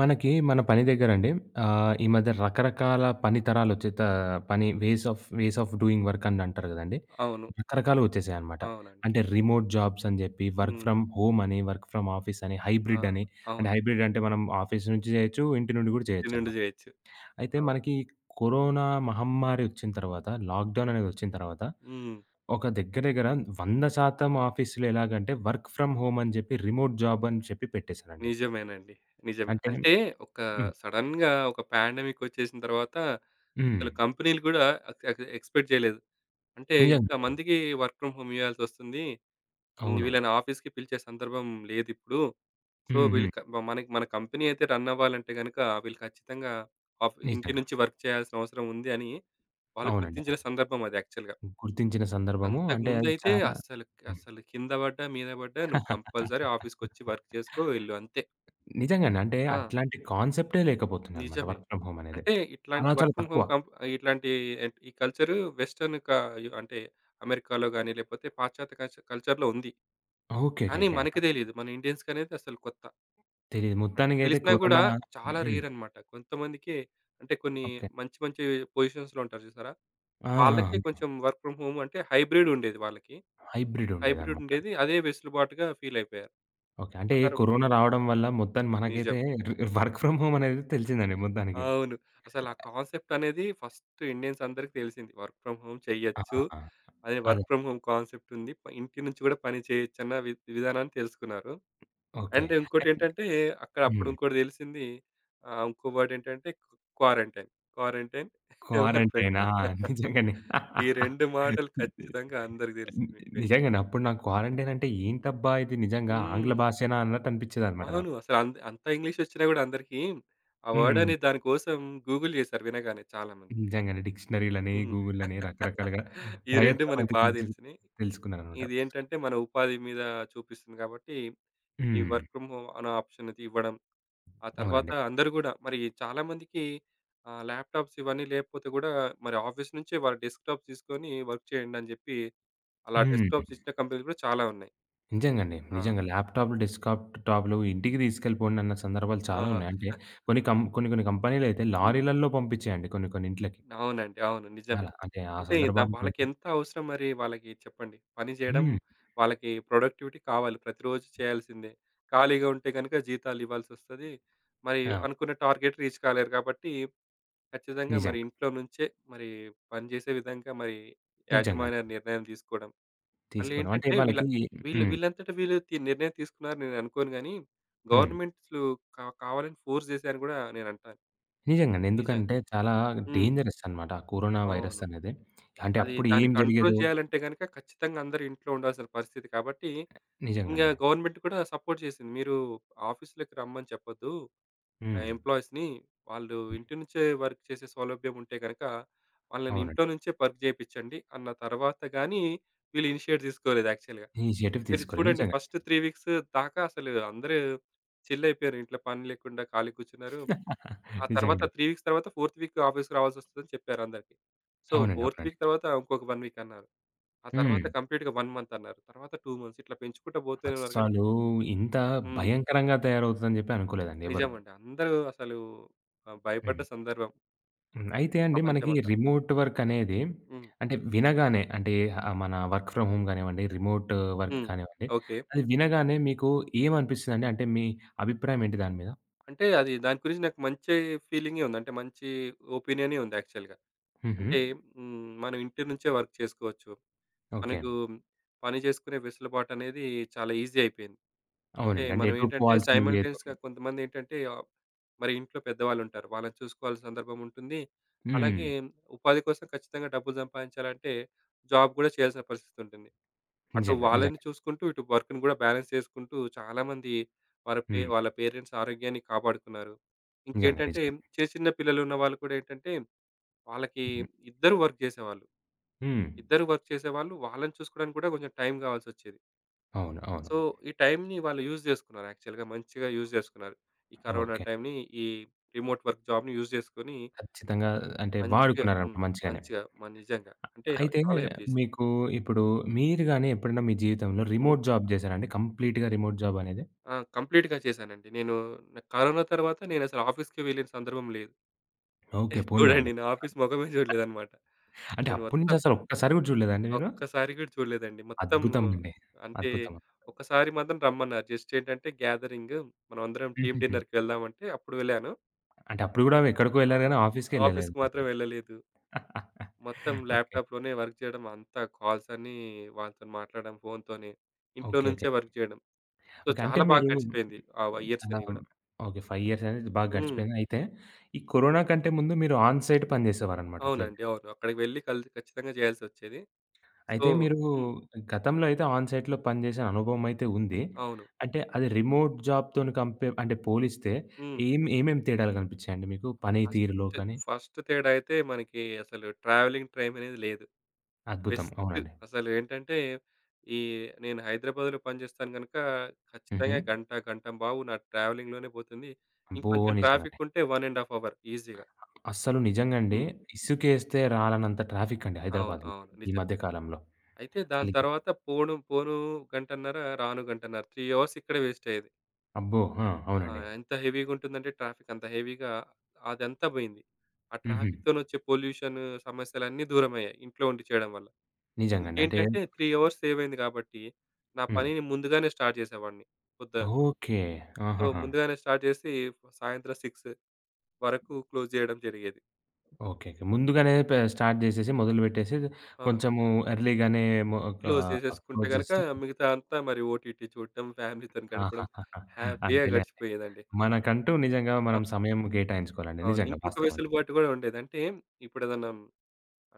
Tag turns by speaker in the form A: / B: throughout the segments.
A: మనకి మన పని దగ్గరండి. ఈ మధ్య రకరకాల పని తరాలొచ్చే త పని వేస్ ఆఫ్ డూయింగ్ వర్క్ అని అంటారు గదండీ!
B: అవును.
A: రకరకాలు వచ్చేసాయన్నమాట.
B: అవునండి.
A: అంటే రిమోట్ జాబ్స్ అని జెప్పి, వర్క్
B: హ్మ్.
A: ఫ్రమ్ హోమ్ అని, వర్క్ ఫ్రమ్ ఆఫీస్ అని,
B: ఆ!
A: హైబ్రిడ్ అని, అంటే
B: అవును.
A: హైబ్రిడ్ అంటే మనం ఆఫీస్ నుంచి జేయొచ్చు, ఇంటి నుండి గూడా
B: ఇంటి నుండి
A: చేయొచ్చన్నమాట.
B: జేయొచ్చు.
A: అయితే మనకి కరోనా మహమ్మారి వచ్చిన తర్వాత, లాక్‌డౌన్ అనేదొచ్చిన తర్వాత,
B: హ్మ్.
A: ఒక దగ్గర దగ్గర 100% ఆఫీసులు ఎలాగంటే వర్క్ ఫ్రమ్ హోమ్ అని జెప్పి, రిమోట్ జాబ్ అని చెప్పి పెట్టేసారండి.
B: నిజమేనండి. నిజమే.
A: అంటే
B: అంటే ఒక
A: హ్మ్.
B: సడెన్‌గా ఒక పాండమిక్ వచ్చేసిన తర్వాత
A: హ్మ్.
B: అసలు కంపెనీలు గూడా ఎక్ ఎక్ ఎక్స్‌పెక్ట్ జేయలేదు. అంటే
A: నిజంగానే.
B: ఇంతమందికి వర్క్ ఫ్రమ్ హోమ్ ఇయ్యాల్సొస్తుంది. హ్మ్.
A: అవును.
B: వీళ్ళని ఆఫీస్‌కి పిలిచే సందర్భం లేదిప్పుడు. సో,
A: హ్మ్.
B: వీళ్ళు
A: హ్మ్.
B: క మనకి మన కంపెనీ అయితే రన్ అవ్వాలంటే గనుక వీళ్ళు ఖచ్చితంగా ఇంటి
A: నిజంగా.
B: నుంచి వర్క్ చేయాల్సిన అవసరం ఉంది అని వాళ్ళు
A: అవునండి.
B: గుర్తించిన
A: అవును.
B: సందర్భం అది యాక్చువల్‌గా.
A: గుర్తించిన సందర్భము అంటే అది
B: అంతకుముందయితే
A: చాలా.
B: అస్సలు,
A: హ్మ్.
B: అస్సలు కింద పడ్డా, మీద పడ్డా నువ్వు కంపల్సరీ ఆఫీస్‌కొచ్చి వర్క్ చేసుకో వెళ్ళు అంతే.
A: నిజంగానే. అంటే
B: ఆ!
A: అట్లాంటి కాన్సెప్టే లేకపోతుందనమాట
B: నిజమే.
A: వర్క్ ఫ్రమ్ హోమ్ అనేది.
B: అంటే
A: చాలా
B: ఇట్లాంటి వర్క్
A: చాలా
B: ఫ్రమ్
A: తక్కువ.
B: హోమ్ కంప్ ఇట్లాంటి ఈ కల్చర్ వెస్టర్న్ క అంటే అమెరికాలో గాని, లేకపోతే పాశ్చాత్య కల్చర్‌లో ఉంది.
A: ఓకే. ఓకే.
B: కానీ
A: ఓకే.
B: మనకి తెలీదు. మన ఇండియన్స్‌కనేది అసలు కొత్త.
A: తెలీదు.
B: అంటే
A: మొత్తానికైతే
B: తెలిసినా కూడా
A: కరోనా.
B: చాలా
A: హ్మ్.
B: రేర్ అన్నమాట. కొంతమందికే అంటే కొన్ని
A: ఓకే.
B: మంచి, మంచి పొజిషన్స్‌లో ఉంటారు చూసారా?
A: ఆ!
B: వాళ్ళకే
A: ఆ!
B: కొంచెం వర్క్ ఫ్రమ్ హోమ్ అంటే హైబ్రిడ్ ఉండేది వాళ్ళకి.
A: హైబ్రిడ్
B: హైబ్రిడ్
A: ఉండేదనమాట.
B: ఉండేది. అదే వెసులుబాటుగా ఫీల్ అయిపోయారు.
A: ఓకే. అంటే కరోనా
B: హ్మ్.
A: రావడం వల్ల మొత్తానికి
B: నిజం.
A: మనకైతే వర్క్ ఫ్రమ్ హోమ్ అనేది తెలిసిందండి మొత్తానికి.
B: అవును. అసలు ఆ కాన్సెప్ట్ అనేది ఫస్ట్ ఇండియన్స్ అందరికి తెలిసింది. వర్క్ ఫ్రమ్ హోమ్ చేయొచ్చు.
A: ఆహా!
B: అదే
A: అదే.
B: వర్క్ ఫ్రమ్ హోమ్ కాన్సెప్ట్ ఉంది. ఇంటి నుంచి కూడా పని చేయొచ్చన్న విధానాన్ని తెలుసుకున్నారు.
A: ఓకే.
B: అండ్ ఇంకోటేంటంటే అక్కడ అప్పుడు
A: హ్మ్.
B: ఇంకోటి తెలిసింది. ఇంకో వర్డ్ ఏంటంటే quarantine. Quarantine work from
A: quarantine. ఆ!
B: హోమ్.
A: నిజంగానే.
B: ఈ 2 మాటలు ఖచ్చితంగా అందరికి
A: ని
B: తెలిసిపోయాయి.
A: నిజంగానే. అప్పుడు నాకు క్వారంటైన్ అంటే ఏంటబ్బా! ఇది నిజంగా ఆంగ్ల
B: హ్మ్.
A: భాషేనా అన్నట్టు అనిపిచ్చేదనమాట
B: అవును.
A: నాకు.
B: అసలు అంత అంత ఇంగ్లీష్ వచ్చినా కూడా అందరికీ ఆ వర్డ్
A: హ్మ్.
B: అనేది దాని కోసం గూగుల్ చేశారు వినగానే చాలామంది.
A: నిజంగానే డిక్షనరీలని,
B: హ్మ్.
A: గూగుల్‌లని రకరకాలుగా
B: ఈ 2
A: ప్రయత్నం
B: మనకు
A: అయితే
B: బాగా
A: చేసి
B: తెలిసినయి.
A: తెలుసుకున్నాననమాట.
B: ఇదేంటంటే మన ఉపాధి మీద చూపిస్తుంది కాబట్టి, ఈ
A: హ్మ్.
B: వర్క్ ఫ్రమ్ హోమ్ అనే ఆప్షన్ ఇది ఇవ్వడం. ఆ తర్వాత
A: అవునండి.
B: అందరూ గూడా మరి చాలా మందికి ల్యాప్‌టాప్స్ ఇవన్నీ లేకపోతే గూడా మరి ఆఫీస్ నుంచే వాళ్ళ డెస్క్‌టాప్స్ తీసుకొని వర్క్ చేయండి అని జెప్పి, అలా
A: హ్మ్.
B: డెస్క్‌టాప్స్ ఇచ్చిన కంపెనీలు గూడా చాలా ఉన్నాయి.
A: నిజంగండి.
B: ఆ!
A: నిజంగా ల్యాప్‌టాప్‌లు, డెస్క్‌టాప్ టాప్‌లు ఇంటికి తీసుకెళ్ళిపోండన్న సందర్భాలు చాలా
B: ఆ!
A: ఉన్నాయి. అంటే కొన్ని కంపెనీలయితే లారీలల్లో పంపించాయండి కొన్ని కొన్ని ఇంట్లకి.
B: అవునండి. అవును. నిజమే.
A: అలా అంటే ఆ
B: అంటే ఇంత
A: సందర్భాలు కొన్ని.
B: వాళ్ళకెంత అవసరం మరి వాళ్ళకి చెప్పండి. పని జేయడం
A: హ్మ్.
B: వాళ్ళకి ప్రొడక్టివిటీ కావాలి. ప్రతిరోజు చేయాల్సిందే. ఖాళీగా ఉంటే గనుక జీతాలివ్వాల్సొస్తది. మరి
A: ఆ!
B: అనుకున్న టార్గెట్ రీచ్ కాలేరు కాబట్టి ఖచ్చితంగా మరి
A: నిజంగా.
B: ఇంట్లో నుంచే మరి పని జేసే విధంగా మరి
A: నిజంగండి.
B: యాజమాన్య నిర్ణయం తీసుకోవడం.
A: తీసుకోవడం అంటే
B: మళ్ళేంటంటే వీళ్ళ
A: వాళ్ళకి.
B: వీళ్ళు
A: హ్మ్.
B: వీళ్ళంతట వీళ్ళు తి నిర్ణయం తీసుకున్నారు నేను అనుకోను గానీ,
A: హ్మ్.
B: గవర్నమెంట్స్‌లు కావాలని ఫోర్స్ జేశారని గూడా నేనంటాను.
A: నిజంగానే.
B: నిజంగా.
A: ఎందుకంటే చాలా
B: హ్మ్.
A: డేంజరస్ అన్నమాట. ఆ కరోనా వైరస్
B: అవును.
A: అనేది. అంటే
B: అది
A: అప్పుడు
B: దాన్ని
A: ఏం
B: కంట్రోల్
A: జరిగేదో.
B: చేయాలంటే గనుక ఖచ్చితంగా అందరూ ఇంట్లో ఉండాల్సిన పరిస్థితి. కాబట్టి ఇంగా
A: నిజంగండి.
B: గవర్నమెంట్ కూడా సపోర్ట్ చేసింది. మీరు ఆఫీస్‌లోకి రమ్మని చెప్పొద్దు. ఆ
A: హ్మ్.
B: ఎంప్లాయీస్‌ని వాళ్ళు
A: హ్మ్.
B: ఇంటి నుంచే వర్క్ చేసే సౌలభ్యం ఉంటే గనక వాళ్ళని ఇంట్లో
A: అవునండి.
B: నుంచే వర్క్ చేపిచ్చండి అన్న తర్వాత గానీ వీళ్ళు ఇనిషియేట్ తీసుకోలేదు యాక్చువల్‌గా.
A: ఇనిషియేటివ్
B: మీరు
A: తీసుకోవాలి.
B: చూడండి
A: నిజంగా.
B: ఫస్ట్ 3 వీక్స్ దాకా అసలు అందరూ చిల్ అయిపోయారు. ఇంట్లో పని లేకుండా ఖాళీ కూర్చున్నారు. ఆ తర్వాత
A: నిజంగానే.
B: 3 వీక్స్ తర్వాత 4త్ వీక్ ఆఫీస్‌కి రావాల్సొస్తదని చెప్పారు అందరికి. సో,
A: అవునండి.
B: 4త్
A: అవునండి.
B: వీక్ తర్వాత ఇంకొక 1 వీక్ అన్నారు. ఆ
A: హ్మ్.
B: తర్వాత కంప్లీట్‌గా 1 మంత్ అన్నారు. తర్వాత 2 మంత్స్ ఇట్లా పెంచుకుంటూ పోతూనే ఉన్నారు గానీ
A: అస్సలు ఇంత
B: హ్మ్.
A: భయంకరంగా తయారవుతదని జెప్పి అనుకోలేదండి ఎవరు.
B: నిజమండి. అందరూ అసలు భయపడ్డ
A: హ్మ్.
B: సందర్భం
A: హ్మ్. అయితే అండి మనకి
B: ప్రపంచమంతా.
A: రిమోట్ వర్క్ అనేది
B: హ్మ్.
A: అంటే వినగానే అంటే మన వర్క్ ఫ్రమ్ హోమ్ గానివ్వండి, రిమోట్ వర్క్
B: హ్మ్.
A: కానివ్వండి,
B: ఓకే.
A: అది వినగానే మీకు ఏమనిపిస్తదండి? అంటే మీ అభిప్రాయం ఏంటి దాని మీద?
B: అంటే అది దాని గురించి నాకు మంచి ఫీలింగే ఉంది. అంటే మంచి ఒపీనియనే ఉంది యాక్చువల్‌గా.
A: హుహు.
B: అంటే హ్మ్. మనం ఇంటి నుంచే వర్క్ చేసుకోవచ్చు.
A: ఓకే.
B: మనకు పని చేసుకునే వెసులుబాటు అనేది చాలా ఈజీ అయిపోయింది. అంటే
A: అవునండి. అంటే ఎటు
B: మనమేంటంటే
A: పోవాల్సింది లేదు.
B: సైమల్టేనియస్‌గా కొంతమందేంటంటే మరి ఇంట్లో పెద్దవాళ్ళుంటారు. వాళ్ళని చూసుకోవాల్సిన సందర్భం ఉంటుంది.
A: హ్మ్.
B: అలాగే ఉపాధి కోసం ఖచ్చితంగా డబ్బులు సంపాదించాలంటే జాబ్ గూడా చేయాల్సిన పరిస్థితుంటుంది. అటు
A: నిజంగా.
B: వాళ్ళని
A: నిజంగా.
B: చూసుకుంటూ, ఇటు వర్క్‌ని గూడా బ్యాలెన్స్ చేసుకుంటూ చాలామంది వారి పే
A: హ్మ్.
B: వాళ్ళ పేరెంట్స్ ఆరోగ్యాన్ని కాపాడుకున్నారు.
A: నిజంగా.
B: ఇంకేంటంటే
A: నిజంగా.
B: చిన్న చిన్న పిల్లలున్న వాళ్ళు కూడా ఏంటంటే వాళ్ళకి
A: హ్మ్.
B: ఇద్దరు వర్క్ జేసేవాళ్ళు.
A: హ్మ్.
B: ఇద్దరు వర్క్ చేసేవాళ్ళు వాళ్ళని చూసుకోవడానికి గూడా కొంచెం టైం గావాల్సొచ్చేది.
A: అవును. అవును.
B: సో, ఈ టైంని వాళ్ళు యూజ్ జేసుకున్నారు యాక్చువల్‌గా మంచిగా యూజ్ జేసుకున్నారు. ఈ కరోనా
A: ఓకే.
B: టైంని ఈ రిమోట్ వర్క్ జాబ్‌ని యూజ్ జేసుకొని
A: ఖచ్చితంగా అంటే
B: మంచిగా
A: వాడుకున్నారనమాట
B: హ్మ్.
A: మంచిగానే.
B: మంచిగా మ నిజంగా. అంటే
A: అయితే
B: చాలా హెల్ప్ చేసింది.
A: మీకు ఇప్పుడు మీరు గాని ఎప్పుడైనా మీ జీవితంలో
B: హ్మ్.
A: రిమోట్ జాబ్ చేశారా అండి? కంప్లీట్‌గా రిమోట్ జాబ్ అనేది?
B: ఆ! కంప్లీట్‌గా చేశానండి. నేను నాకు కరోనా తర్వాత నేనసలు ఆఫీస్‌కి వెళ్ళిన సందర్భం లేదు.
A: ఓకే. పోనీలెండి.
B: చూడండి నా ఆఫీస్ మొఖమే చూడలేదన్నమాట.
A: అంటే
B: నేను
A: అప్పటి నుంచి
B: మొత్తం
A: అసలు ఒక్కసారి కూడా చూడలేదా అండి మీరు?
B: ఒక్కసారి గూడా చూడలేదండి. మొత్తం
A: అద్భుతం అండి.
B: అంటే
A: అద్భుతం.
B: ఒక్కసారి మాత్రం రమ్మన్నారు. జస్ట్ ఏంటంటే గ్యాదరింగ్ మనమందరం టీమ్
A: హుహుహు.
B: డిన్నర్‌కి వెళ్దామంటే అప్పుడు వెళ్ళాను.
A: అంటే అప్పుడు కూడా ఎక్కడికో
B: ఆ!
A: వెళ్లారు గాని ఆఫీస్‌కే
B: ఆఫీస్‌కి
A: వెళ్ళలేదనమాట.
B: మాత్రం వెళ్ళలేదు. మొత్తం
A: ఓకే.
B: ల్యాప్‌టాప్‌లోనే వర్క్ చేయడం. అంతా కాల్స్ అన్నీ వాళ్ళతోని మాట్లాడడం ఫోన్‌తోనే. ఇంట్లో
A: ఓకే. ఓకే.
B: నుంచే వర్క్ చేయడం. So,
A: okay. అంటే
B: చాలా బాగా
A: మీరు
B: గడిచిపోయింది. ఆ ఇయర్స్
A: చాలా
B: అన్నీ గూడా.
A: ఓకే. 5 ఇయర్స్ అనేది బాగా
B: హ్మ్.
A: గడిచిపోయింది. అయితే ఈ కరోనా కంటే ముందు మీరు ఆన్ సైట్ పని చేసేవారనమాట అట్లయితే.
B: అవునండి. అవును. అక్కడికి వెళ్లి ఖచ్చితంగా చేయాల్సొచ్చేది. సో
A: అయితే మీరు
B: హ్మ్.
A: గతంలో అయితే ఆన్ సైట్‌లో పని చేసిన అనుభవం అయితే ఉంది.
B: అవును.
A: అంటే అది రిమోట్ జాబ్‌తోని కంపేర్ అంటే పోలిస్తే
B: హ్మ్.
A: ఏమేం తేడాలు కనిపించాయండి మీకు? పని తీరులో
B: ఫస్ట్,
A: కానీ
B: ఫస్ట్ తేడా అయితే మనకి అసలు ట్రావెలింగ్ టైమ్ అనేది లేదు.
A: అద్భుతం.
B: బెస్ట్
A: అవునండి.
B: అసలు ఏంటంటే, ఈ నేను హైదరాబాద్‌లో పనిచేస్తాను గనుక
A: హుహు.
B: ఖచ్చితంగా గంట, గంట బావు నా ట్రావెలింగ్‌లోనే పోతుంది.
A: అబ్బో!
B: ఇంకొంచెం
A: నిజంగానే.
B: ట్రాఫిక్ ఉంటే 1 ½ అవర్ ఈజీగా.
A: అస్సలు నిజంగా అండి.
B: హ్మ్.
A: ఇసుకేస్తే రాలనంత ట్రాఫిక్ అండి
B: అవును.
A: హైదరాబాద్‌లో
B: అవును.
A: ఈ
B: నిజమే.
A: మధ్య కాలంలో.
B: అయితే దాని
A: అసలకి.
B: తర్వాత పోను, పోను గంటన్నర, రాను గంటన్నర 3 అవర్స్ ఇక్కడే వేస్ట్ అయ్యేది.
A: అబ్బో! ఆ!
B: ఆ!
A: అవునండి.
B: ఎంత హెవీగా ఉంటుందంటే ట్రాఫిక్ అంత హెవీగా అదంతా పోయింది. ఆ
A: హుహు.
B: ట్రాఫిక్‌తోనొచ్చే పొల్యూషన్ సమస్యలన్నీ దూరమయ్యాయి. ఇంట్లో ఉండి చేయడం వల్ల.
A: నిజంగా అండి. అంటే
B: ఇంకేంటంటే 3 అవర్స్ సేవ్ అయింది కాబట్టి, నా
A: హ్మ్.
B: పనిని ముందుగానే స్టార్ట్ చేసేవాడిని పొద్దున.
A: ఓకే.
B: సో,
A: ఆహాహా!
B: ముందుగానే స్టార్ట్ చేసి సాయంత్రం 6 వరకు క్లోజ్ చేయడం జరిగేది.
A: ఓకే. ఓకే. ముందుగానే స్టార్ట్ జేసేసి, మొదలుపెట్టేసి
B: ఆ!
A: కొంచెము ఎర్లీగానే మొ ఒక
B: క్లోజ్ చేసేసుకుంటే
A: క్లోజ్
B: గనక
A: చేస్తే
B: మిగతా అంతా మరి ఓటీటీ చూడటం, ఫ్యామిలీతోని గడపడం
A: ఆహాహాహా!
B: హ్యాపీగా
A: అంతేలే అండి.
B: గడిచిపోయేదండి.
A: మనకంటూ నిజంగా
B: ఆ!
A: మనం సమయం కేటాయించుకోవాలండి.
B: అవును.
A: నిజంగా
B: ఇంకొక
A: వాస్తవం.
B: వెసులుబాటు గూడా ఉండేది. అంటే ఇప్పుడేదన్నా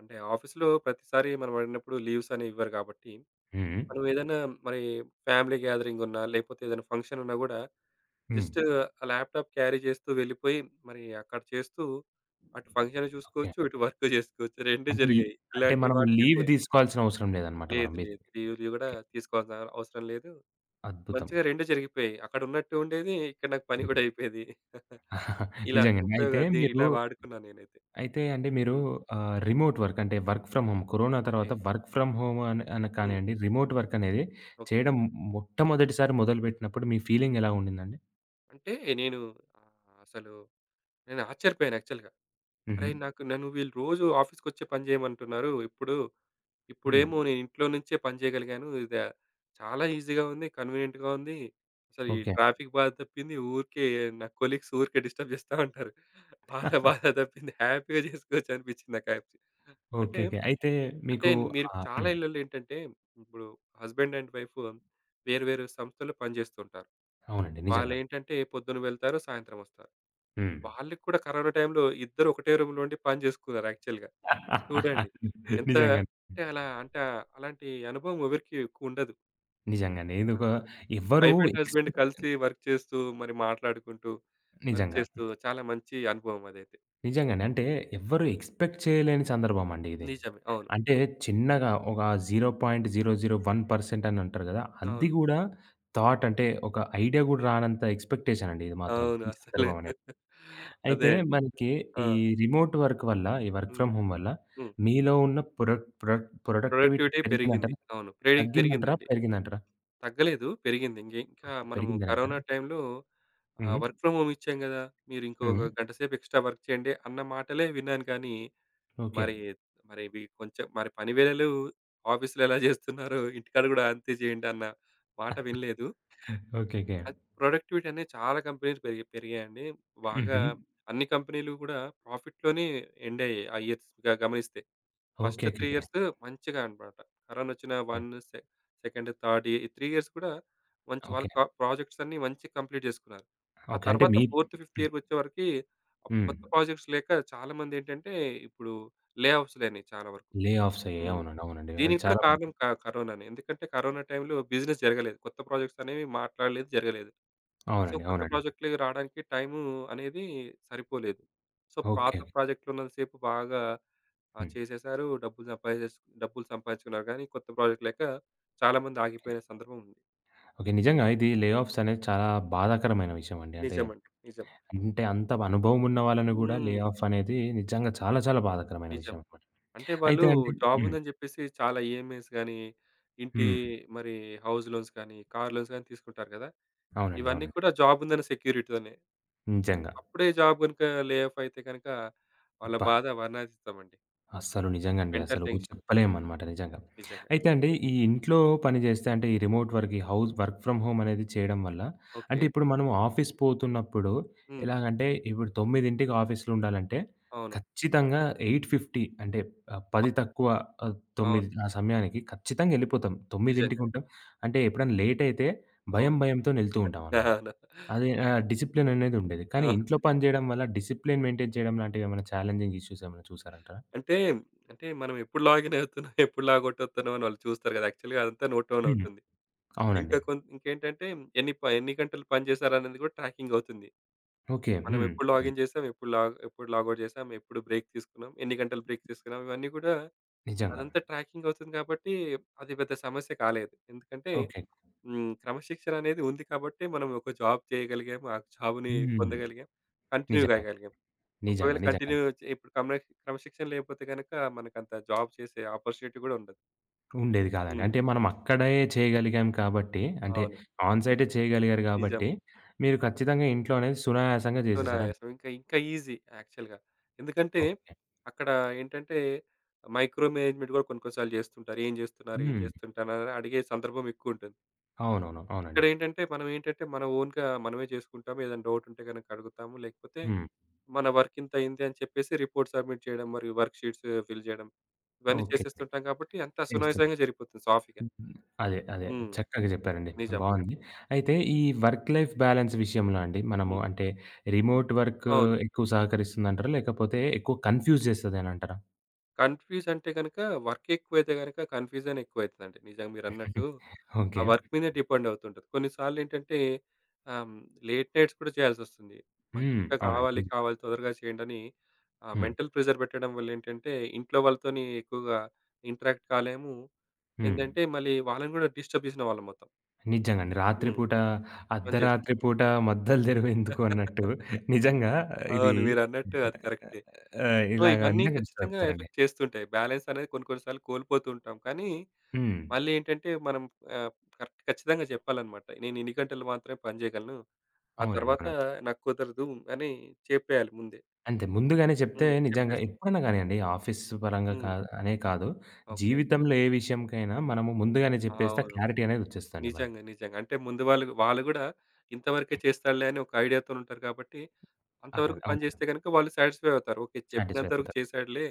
B: అంటే ఆఫీస్‌లో ప్రతిసారి మనం అడిగినప్పుడు లీవ్స్ అనేవి ఇవ్వరు కాబట్టి,
A: హ్మ్.
B: మనం ఏదైనా మరి ఫ్యామిలీ గ్యాదరింగ్ ఉన్నా, లేకపోతే ఏదైనా ఫంక్షన్ ఉన్నా గూడా
A: హ్మ్.
B: జస్ట్ ఆ ల్యాప్‌టాప్ క్యారీ చేస్తూ వెళ్ళిపోయి, మరి అక్కడ చేస్తూ అటు ఫంక్షన్
A: ఓకే.
B: చూసుకోవచ్చు, ఇటు వర్క్ జేసుకోవచ్చు. 2
A: అంటే లి
B: జరిగాయి.
A: అంటే
B: ఇలాంటి
A: మనం లీవ్
B: వాటికైతే
A: తీసుకోవాల్సిన అవసరం లేదన్నమాట మనం
B: లేదు లేదు.
A: బేసిక్‌గా.
B: లీవ్‌లు గూడా తీసుకోవాల్సిన అవసరం లేదు.
A: అద్భుతం.
B: మంచిగా 2 జరిగిపోయాయి. అక్కడ ఉన్నట్టు ఉండేది. ఇక్కడ నాకు పని
A: హ్మ్.
B: గూడా అయిపోయేది. ఇలా
A: నిజంగండి.
B: ఉపయోగ
A: అయితే
B: ది
A: మీరు
B: ఇలా వాడుకున్నా నేనైతే.
A: అయితే అండి మీరు
B: హ్మ్.
A: రిమోట్ వర్క్ అంటే work from home corona
B: okay.
A: తర్వాత వర్క్ ఫ్రమ్ హోమ్ అని అని
B: హ్మ్.
A: కానియండి, రిమోట్ వర్క్ అనేది
B: ఓకే.
A: చేయడం మొట్టమొదటిసారి మొదలుపెట్టినప్పుడు మీ ఫీలింగ్ ఎలా ఉండిందండి?
B: అంటే నేను ఆహ్, అసలు నేను ఆశ్చర్యపోయాను యాక్చువల్‌గా.
A: హుహు.
B: అరేయ్! నాకు నన్ను వీళ్ళు రోజు ఆఫీస్‌కొచ్చే పని చేయమంటున్నారు. ఇప్పుడు
A: హ్మ్.
B: ఇప్పుడేమో నేను ఇంట్లో నుంచే పని చేయగలిగాను. చాలా ఈజీగా ఉంది. కన్వీనియంట్‌గా ఉంది. అసలు ఈ
A: ఓకే.
B: ట్రాఫిక్ బాధ తప్పింది. ఊరికే నా కొలీగ్స్ ఊరికే డిస్టర్బ్ చేస్తా ఉంటారు. వాళ్ళ బాధ తప్పింది. హ్యాపీగా చేసుకోవచ్చు అనిపించింది నాకు యాక్చు అంటే
A: ఓకే. ఓకే. అయితే
B: అంటే
A: మీకు
B: మీరు
A: ఆహ్,
B: చాలా
A: హ్మ్.
B: ఇళ్లలో ఏంటంటే, ఇప్పుడు హస్బెండ్ అండ్ వైఫ్ వేరు వేరు సంస్థల్లో పనిచేస్తుంటారు.
A: అవునండి. నిజంగా.
B: వాళ్ళేంటంటే పొద్దున వెళ్తారు, సాయంత్రం వస్తారు.
A: హ్మ్.
B: వాళ్ళకి కూడా కరోనా టైంలో ఇద్దరు ఒకటే రూమ్‌లో ఉండి పని చేసుకున్నారు యాక్చువల్‌గా. చూడండి. ఎంత
A: నిజంగానే.
B: అంటే అలా అంటే అలాంటి అనుభవం ఎవరికీ ఎక్కువ ఉండదు.
A: నిజంగానే.
B: ఆ!
A: ఇదొక ఎవ్వరు
B: వైఫ్ అండ్ హస్బెండ్
A: ఎక్స్‌పెక్ట్
B: కలిసి వర్క్ చేస్తూ, మరి మాట్లాడుకుంటూ, వర్క్
A: నిజంగా.
B: చేస్తూ చాలా మంచి అనుభవం అదైతే.
A: నిజంగానే. అంటే ఎవ్వరు ఎక్స్‌పెక్ట్ చేయలేని సందర్భం అండి ఇది.
B: నిజమే. అవును.
A: అంటే చిన్నగా ఒక 0.001% అని అంటారు గదా! అది
B: అవును.
A: గూడా థాట్ అంటే ఒక ఐడియా గూడా రానంత ఎక్స్‌పెక్టేషన్ అండి ఇది మాత్రం
B: అవును.
A: ఈ
B: అసలు
A: సందర్భం అనేది.
B: అదే
A: అయితే
B: అండి.
A: మనకి
B: ఆ!
A: ఈ రిమోట్ వర్క్ వల్ల, ఈ వర్క్
B: హ్మ్.
A: ఫ్రమ్ హోమ్ వల్ల
B: హ్మ్.
A: మీలో ఉన్న ప్రొడక్ట్ ప్రొడక్ట్ ప్రొడక్టివిటీ
B: ప్రొడక్టివిటీ పెరిగింది.
A: పెరిగిందంటారా?
B: అవును. పెరి
A: తగ్గిందంటారా?
B: పెరిగిందండి.
A: పెరిగిందంటారా?
B: తగ్గలేదు. పెరిగింది. ఇంగే ఇంకా మనము
A: పెరిగిందని అంటారా?
B: కరోనా టైంలో
A: హుహు.
B: వర్క్ ఫ్రమ్ హోమ్ ఇచ్చాం గదా! మీరు
A: హ్మ్.
B: ఇంకొక గంట సేపు ఎక్స్‌ట్రా వర్క్ చేయండి అన్న మాటలే విన్నాను కానీ,
A: ఓకే.
B: మరి మరి ఇవి కొంచెం మరి పని వేళలు ఆఫీస్‌లో ఎలా చేస్తున్నారో ఇంటికాడ గూడా అంతే చేయండి అన్న మాట వినలేదు.
A: ఓకే. ఓకే.
B: అది ప్రొడక్టివిటీ అనేది చాలా కంపెనీస్ పెరిగాయండి. బాగా
A: హుహు.
B: అన్ని కంపెనీలు గూడా ప్రాఫిట్‌లోనే ఎండ్ అయ్యాయి. ఆ ఇయర్స్ గమనిస్తే.
A: Okay.
B: First
A: okay.
B: 3
A: okay.
B: Years మంచిగా అనమాట.
A: హ్మ్.
B: 1 సెకండ్, థర్డ్ ఈ 3 ఇయర్స్ కూడా మంచి వాళ్ళ
A: ఓకే.
B: ప్రాజెక్ట్స్ అన్నీ మంచిగా కంప్లీట్ జేసుకున్నారు. ఆ
A: ఓకే. అంటే
B: తర్వాత
A: మీ
B: ఫోర్త్, ఫిఫ్త్
A: హ్మ్.
B: ఇయర్‌కి వచ్చేవరకి
A: హ్మ్.
B: కొత్త ప్రాజెక్ట్స్ లేక చాలామందేంటంటే ఇప్పుడు ఆఫ్స్ లైనయి చాలా వరకు.
A: లే ఆఫ్స్ అయ్యాయి.
B: హ్మ్.
A: అవునండి. అవునండి. అది
B: దీనికి కూడా
A: చాలా
B: కారణం కరోనానే. ఎందుకంటే కరోనా టైంలో బిజినెస్ జరగలేదు. కొత్త ప్రాజెక్ట్స్ అనేవి మాట్లాడలేదు, జరగలేదు. సో,
A: అవునండి.
B: కొత్త
A: అవునండి.
B: ప్రాజెక్ట్‌లు రాడానికి టైము అనేది సరిపోలేదు. సో, పాత
A: ఓకే.
B: ప్రాజెక్ట్‌లో ఉన్నంత సేపు బాగా
A: హ్మ్.
B: చేసేశారు. డబ్బులు సంపాదించుకున్నారు కానీ కొత్త ప్రాజెక్ట్ లేక చాలామంది ఆగిపోయిన సందర్భం ఉంది.
A: ఓకే. నిజంగా ఇది లే ఆఫ్స్ అనేది చాలా బాధాకరమైన విషయం అండి. అంటే,
B: నిజమండి. నిజం.
A: అంటే అంత అనుభవం ఉన్న వాళ్ళని గూడా లే
B: హ్మ్.
A: ఆఫ్ అనేది నిజంగా చాలా చాలా బాధాకరమైన
B: నిజం.
A: విషయం అన్నమాట.
B: అంటే వాళ్ళు
A: అయితే అండి
B: జాబ్
A: హ్మ్.
B: ఉందని చెప్పేసి చాలా ఈఎంఐస్ గాని, ఇంటి
A: హ్మ్.
B: మరి హౌస్ లోన్స్ కానీ, కార్ లోన్స్ గాని తీసుకుంటారు కదా!
A: అవునండి.
B: ఇవన్నీ
A: అవునండి.
B: కూడా జాబ్ ఉందన్న సెక్యూరిటీతోనే.
A: నిజంగా.
B: అప్పుడే జాబ్ గనుక లే ఆఫ్ అయితే గనుక వాళ్ళ
A: అబ్బా!
B: బాధ వర్ణాతీతమండి.
A: అస్సలు నిజంగండి.
B: మెంటల్
A: అసలు
B: టెన్షన్
A: చెప్పలేమనమాట నిజంగా.
B: నిజంగా.
A: అయితే అండి ఈ ఇంట్లో పని చేస్తే అంటే ఈ రిమోట్ వర్క్, ఈ వర్క్ ఫ్రమ్ హోమ్ అనేది చేయడం వల్ల అంటే
B: ఓకే.
A: ఇప్పుడు మనం ఆఫీస్ పోతున్నప్పుడు
B: హ్మ్.
A: ఎలాగంటే ఇప్పుడు 9:00కి ఆఫీస్‌లో ఉండాలంటే
B: అవును.
A: ఖచ్చితంగా 8:50 అంటే 10 తక్కువ
B: అవును.
A: 9 ఆ సమయానికి ఖచ్చితంగా ఎళ్ళిపోతాం. 9:00కి
B: నిజంగానే.
A: ఉంటాం. అంటే ఎప్పుడైనా లేట్ అయితే
B: అవును.
A: భయంతోని ఎళ్తూ ఉంటామనమాట.
B: అవును.
A: అది డిసిప్లిన్ అనేది ఉండేది. కానీ
B: ఆ!
A: ఇంట్లో పని చేయడం వల్ల డిసిప్లిన్ మెయింటైన్ చేయడం లాంటివి ఏమైనా ఛాలెంజింగ్ ఇష్యూస్ ఏమైనా చూసారంటారా?
B: అంటే, అంటే మనం ఎప్పుడు లాగిన్ అవుతున్నాం, ఎప్పుడు లాగౌట్ అవుతున్నాం అని వాళ్ళు చూస్తారు కదా! యాక్చువల్‌గా అదంతా నోట్ డౌన్ అవుతుంది. ఇంకా
A: అవునండి.
B: కొం ఇంకేంటంటే ఎన్ని గంటలు పని చేశారనేది కూడా ట్రాకింగ్ అవుతుంది.
A: ఓకే.
B: మనం ఎప్పుడు
A: అవునండి.
B: లాగిన్ చేసాం, ఎప్పుడు లాగౌట్ చేసాం, ఎప్పుడు బ్రేక్ తీసుకున్నాం, ఎన్ని గంటలు బ్రేక్ తీసుకున్నాం, ఇవన్నీ కూడా
A: నిజంగా.
B: అదంతా ట్రాకింగ్ అవుతుంది కాబట్టి అది పెద్ద సమస్య కాలేదు. ఎందుకంటే
A: ఓకే.
B: హ్మ్. క్రమశిక్షణ అనేది ఉంది కాబట్టే మనం ఒక జాబ్ చేయగలిగాం. ఆ జాబ్‌ని
A: హ్మ్.
B: పొందగలిగాం. కంటిన్యూ
A: నిజంగా.
B: కాగలిగాం. ఒకవేళ
A: నిజంగా.
B: కంటిన్యూ
A: నిజంగానే.
B: చే ఇప్పుడు క్రమశిక్షణ లేకపోతే గనక మనకంత జాబ్ చేసే ఆపర్చునిటీ కూడా ఉండదు.
A: ఉండేది కాదండి.
B: హ్మ్.
A: అంటే మనం అక్కడే చేయగలిగాం కాబట్టి, అంటే
B: అవును.
A: ఆన్ సైటే చేయగలిగారు
B: నిజం.
A: కాబట్టి, మీరు ఖచ్చితంగా ఇంట్లో అనేది సునాయాసంగా
B: సో,
A: చేసేసారని
B: నాయాసం ఇంకా ఇంకా ఈజీ యాక్చువల్‌గా. ఎందుకంటే
A: ఓకే.
B: అక్కడ ఏంటంటే మైక్రో మేనేజ్‌మెంట్ కూడా కొన్ని కొన్ని సార్లు చేస్తుంటారు. ఏం చేస్తున్నారు? ఏం
A: హ్మ్.
B: చేస్తుంటున్నారని అడిగే సందర్భం ఎక్కువుంటుంది.
A: అవునవును. అవునండి.
B: ఇక్కడేంటంటే మనం ఏంటంటే మన ఓన్‌గా మనమే చేసుకుంటాము. ఏదైనా డౌట్ ఉంటే గనక అడుగుతాము. లేకపోతే
A: హ్మ్.
B: మన వర్క్ ఇంత అయింది అని చెప్పేసి రిపోర్ట్ సబ్మిట్ చేయడం, మరియు వర్క్ షీట్స్ ఫిల్ చేయడం. ఇవన్నీ
A: ఓకే.
B: చేసేస్తుంటాం కాబట్టి అంతా
A: చేస్తుంటారు.
B: సునాయాసంగా జరిగిపోతుంది సాఫీగా.
A: అదే. అదే.
B: హ్మ్.
A: చక్కగా చెప్పారండి.
B: నిజం.
A: బావుంది. అయితే ఈ వర్క్ లైఫ్ బ్యాలెన్స్ విషయంలో అండి మనము
B: హ్మ్.
A: అంటే రిమోట్ వర్క్
B: అవును.
A: ఎక్కువ సహకరిస్తుందంటారా? లేకపోతే ఎక్కువ కన్‌ఫ్యూజ్ చేస్తది అనంటారా?
B: కన్‌ఫ్యూజ్ అంటే గనుక వర్క్ ఎక్కువైతే గనుక కన్‌ఫ్యూజన్ ఎక్కువైతదండి. నిజంగా మీరన్నట్టు ఆ
A: ఓకే.
B: వర్క్ మీదే డిపెండ్ అవుతుంటది. కొన్నిసార్లేంటంటే ఆహ్, లేట్ నైట్స్ కూడా చేయాల్సొస్తుంది. మాకు ఇంకా
A: అవునండి.
B: కావాలి,
A: నిజంగా.
B: కావాలి తొందరగా చేయండని
A: హ్మ్.
B: మెంటల్ ప్రెషర్ పెట్టడం వల్లేంటంటే ఇంట్లో వాళ్ళతోని ఎక్కువగా ఇంటరాక్ట్ కాలేము.
A: హ్మ్.
B: ఏందంటే మళ్ళీ వాళ్ళని కూడా డిస్టర్బ్ చేసిన వాళ్ళమవుతాం.
A: నిజంగండి. రాత్రి
B: హ్మ్.
A: పూట,
B: పనిచేస్తుంది.
A: అర్ధరాత్రి పూట మద్దలు దెరువు ఎందుకు అన్నట్టు నిజంగా ఇది
B: అవును. మీరన్నట్టు అది కరెక్టే. సో,
A: ఇలాగ
B: ఇవన్నీ
A: నిజంగా డిస్టర్బ్
B: ఖచ్చితంగా
A: అయిపోతారండి.
B: ఎఫెక్ట్ చేస్తుంటాయి. బ్యాలెన్స్ అనేది కొన్ని కొన్ని సార్లు కోల్పోతూ ఉంటాం. కానీ
A: హ్మ్.
B: మళ్ళీ ఏంటంటే మనం ఆహ్, కరెక్ట్ ఖచ్చితంగా చెప్పాలన్నమాట. నేను ఇన్ని గంటలు మాత్రమే పని చేయగలను. ఆ
A: అవునండి.
B: తర్వాత
A: అవునండి.
B: నాకు కుదరదు అని చెప్పేయాలి ముందే.
A: అంతే ముందుగానే చెప్తే
B: హ్మ్.
A: నిజంగా
B: చెప్పేసి
A: ఎప్పుడైనా గానియండి ఆఫీస్ పరంగా
B: హ్మ్.
A: అనే కాదు,
B: ఓకే.
A: జీవితంలో ఏ విషయంకైనా మనము ముందుగానే చెప్పేస్తే ఆ
B: అవును.
A: క్లారిటీ అనేది ఒచ్చేస్తదండి మనకి.
B: నిజంగా. నిజంగా. అంటే ముందు వాళ్ళు గూడా ఇంతవరకే చేస్తాడులే అని ఒక ఐడియాతోనుంటారు కాబట్టి
A: అసలు
B: అంతవరకు పని
A: అవును.
B: చేస్తే గనుక వాళ్ళు సాటిస్ఫై అవుతారు. ఓకే.
A: సాటిస్‌ఫై
B: చెప్పినంత వరకు
A: అయిపోతారు.
B: చేశాడులే.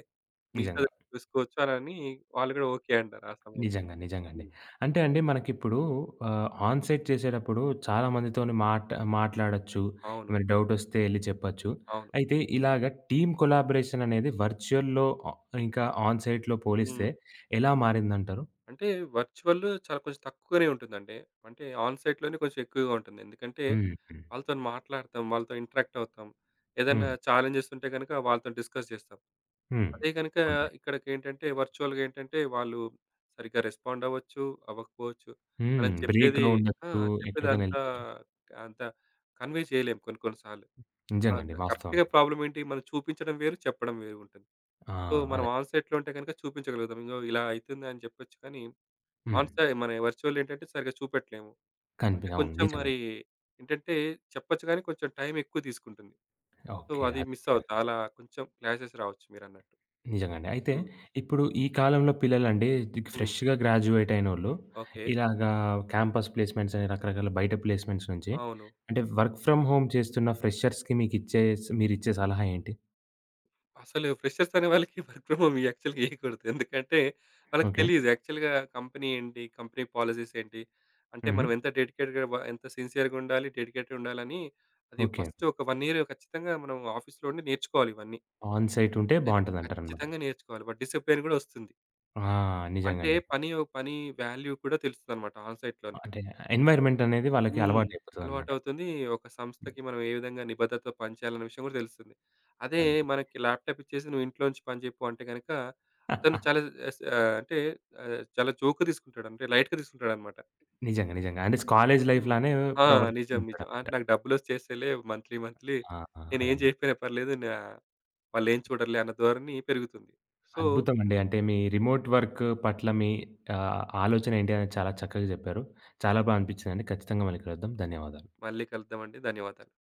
A: నిజంగా.
B: మిగతాది చూసుకోవచ్చు అనని వాళ్ళు కూడా ఓకే అంటారు ఆ సమయంలో.
A: నిజంగా. నిజంగండి.
B: హ్మ్.
A: అంటే అండి మనకిప్పుడు ఆన్ సైట్ చేసేటప్పుడు చాలా మందితోని మాట్లాడొచ్చు.
B: అవును.
A: ఏమైనా డౌటొస్తే ఎళ్లి చెప్పొచ్చు.
B: అవును.
A: అయితే ఇలాగ టీమ్ కొలాబరేషన్ అనేది వర్చువల్‌లో ఆహ్, ఇంకా ఆన్ సైట్‌లో పోలిస్తే
B: హ్మ్.
A: ఎలా మారిందంటారు?
B: అంటే వర్చువల్ చాలా కొంచెం తక్కువగానే ఉంటుందండి. అంటే ఆన్ సైట్‌లోనే కొంచెం ఎక్కువగా ఉంటుంది. ఎందుకంటే
A: హ్మ్. హ్మ్.
B: వాళ్ళతోని మాట్లాడతాం, వాళ్ళతో ఇంటరాక్ట్ అవుతాం. ఏదైనా
A: హ్మ్.
B: ఛాలెంజెస్ ఉంటే గనుక వాళ్ళతోని డిస్కస్ చేస్తాం.
A: హ్మ్.
B: అదే గనుక
A: అవునండి.
B: ఇక్కడికేంటంటే వర్చువల్‌గా ఏంటంటే వాళ్ళు సరిగ్గా రెస్పాండ్ అవ్వచ్చు, అవ్వకపోవచ్చు. మనం చెప్పేది
A: బ్రేక్‌లో
B: ఆ!
A: ఉండొచ్చు. ఎక్కడికైనా
B: చెప్పేదంతా
A: ఎళ్ళిపోవచ్చు.
B: అంత అంత కన్వే చేయలేం కొన్ని కొన్ని సార్లు. ఆ!
A: నిజంగండి. వాస్తవం.
B: కరెక్ట్‌గా ప్రాబ్లమ్ ఏంటి మనం చూపించడం వేరు, చెప్పడం వేరు ఉంటుంది.
A: ఆ!
B: సో, మనం
A: అదే.
B: ఆన్ సైట్‌లో ఉంటే గనుక చూపించగలుగుతాం. ఇగో ఇలా అయితుంది అని చెప్పొచ్చు కానీ
A: హ్మ్.
B: ఆన్‌సైడ్ మన వర్చువలేంటంటే సరిగ్గా చూపెట్టలేము. అంటే
A: అవును.
B: కొంచెం మరి
A: నిజంగండి.
B: ఏంటంటే చెప్పొచ్చు కానీ కొంచెం టైం ఎక్కువ తీసుకుంటుంది. So,
A: okay.
B: అది మిస్
A: అదే.
B: అవుతా. అలా కొంచెం క్లాషెస్ రావచ్చు మీరన్నట్టు.
A: నిజంగానే. అయితే
B: హ్మ్.
A: ఇప్పుడు ఈ కాలంలో పిల్లలండి
B: హ్మ్.
A: ఫ్రెష్‌గా గ్రాడ్యుయేట్ అయినోళ్ళు
B: ఓకే.
A: ఇలాగా క్యాంపస్ ప్లేస్‌మెంట్స్ అని రకరకాల బయట ప్లేస్‌మెంట్స్ నుంచి
B: అవును.
A: అంటే వర్క్ ఫ్రమ్ హోమ్ చేస్తున్న ఫ్రెషర్స్‌కి మీరిచ్చే సలహా ఏంటి?
B: అసలు ఫ్రెషర్స్ అనే వాళ్ళకి వర్క్ ఫ్రమ్ హోమ్ యాక్చువల్‌గా ఇయ్యకూడదు. ఎందుకంటే వాళ్ళకి
A: ఓకే.
B: తెలీదు యాక్చువల్‌గా కంపెనీ ఏంటి? కంపెనీ పాలిసీస్ ఏంటి? అంటే
A: హ్మ్.
B: మనం ఎంత సిన్సియర్‌గా ఉండాలి, డెడికేటెడ్‌గా ఉండాలని అది
A: ఓకే.
B: ఫస్ట్ ఒక 1 ఇయర్ ఖచ్చితంగా మనం ఆఫీస్‌లో ఉండి నేర్చుకోవాలి ఇవన్నీ.
A: ఆన్ సైట్ ఉంటే
B: ఖ
A: బావుంటదంటారనమాట.
B: ఖచ్చితంగా నేర్చుకోవాలి. బట్ డిసిప్లిన్ కూడా వస్తుంది.
A: ఆ!
B: అంటే
A: నిజంగండి.
B: పని పని వాల్యూ కూడా తెలుస్తుందన్నమాట ఆన్‌సైట్‌లోనే.
A: అంటే ఎన్వైర్న్‌మెంట్ అనేది వాళ్ళకి
B: హ్మ్.
A: అలవాటయిపోతదనమాట.
B: అలవాటవుతుంది. ఒక
A: హ్మ్.
B: సంస్థకి మనం ఏ విధంగా నిబద్ధతతో పని చేయాలన్న విషయం కూడా తెలుస్తుంది. అదే
A: అద్
B: మనకి ల్యాప్‌టాప్ ఇచ్చేసి నువ్వు ఇంట్లో నుంచి పని చెప్పు అంటే గనక అతను చాలా అంటే చాలా జోక్‌గా తీసుకుంటాడు. అంటే లైట్‌గా తీసుకుంటాడన్నమాట.
A: నిజంగా. నిజంగా. అంటే కాలేజ్ లైఫ్
B: హ్మ్.
A: లానే
B: ఆ! నిజం. నిజం.
A: ప్రవర్తిస్తుంటాడనమాట.
B: అంటే నాకు డబ్బులొచ్చి చేస్తేలే మంత్లీ మంత్లీ
A: ఆ! ఆ!
B: నేనేం
A: అదండి.
B: చేయకపోయినా పర్లేదు. నా వాళ్ళేం చూడరులే అన్న ధోరణి పెరుగుతుంది. సో,
A: అద్భుతమండి. అంటే మీ రిమోట్ వర్క్ పట్ల మీ ఆలోచనేంటి అనేది చాలా చక్కగా జెప్పారు. చాలా అనిపిచ్చిందండి. ఖచ్చితంగా మళ్ళీ కలుద్దాం. ధన్యవాదాలు.
B: మళ్ళీ కలుద్దామండి. ధన్యవాదాలు.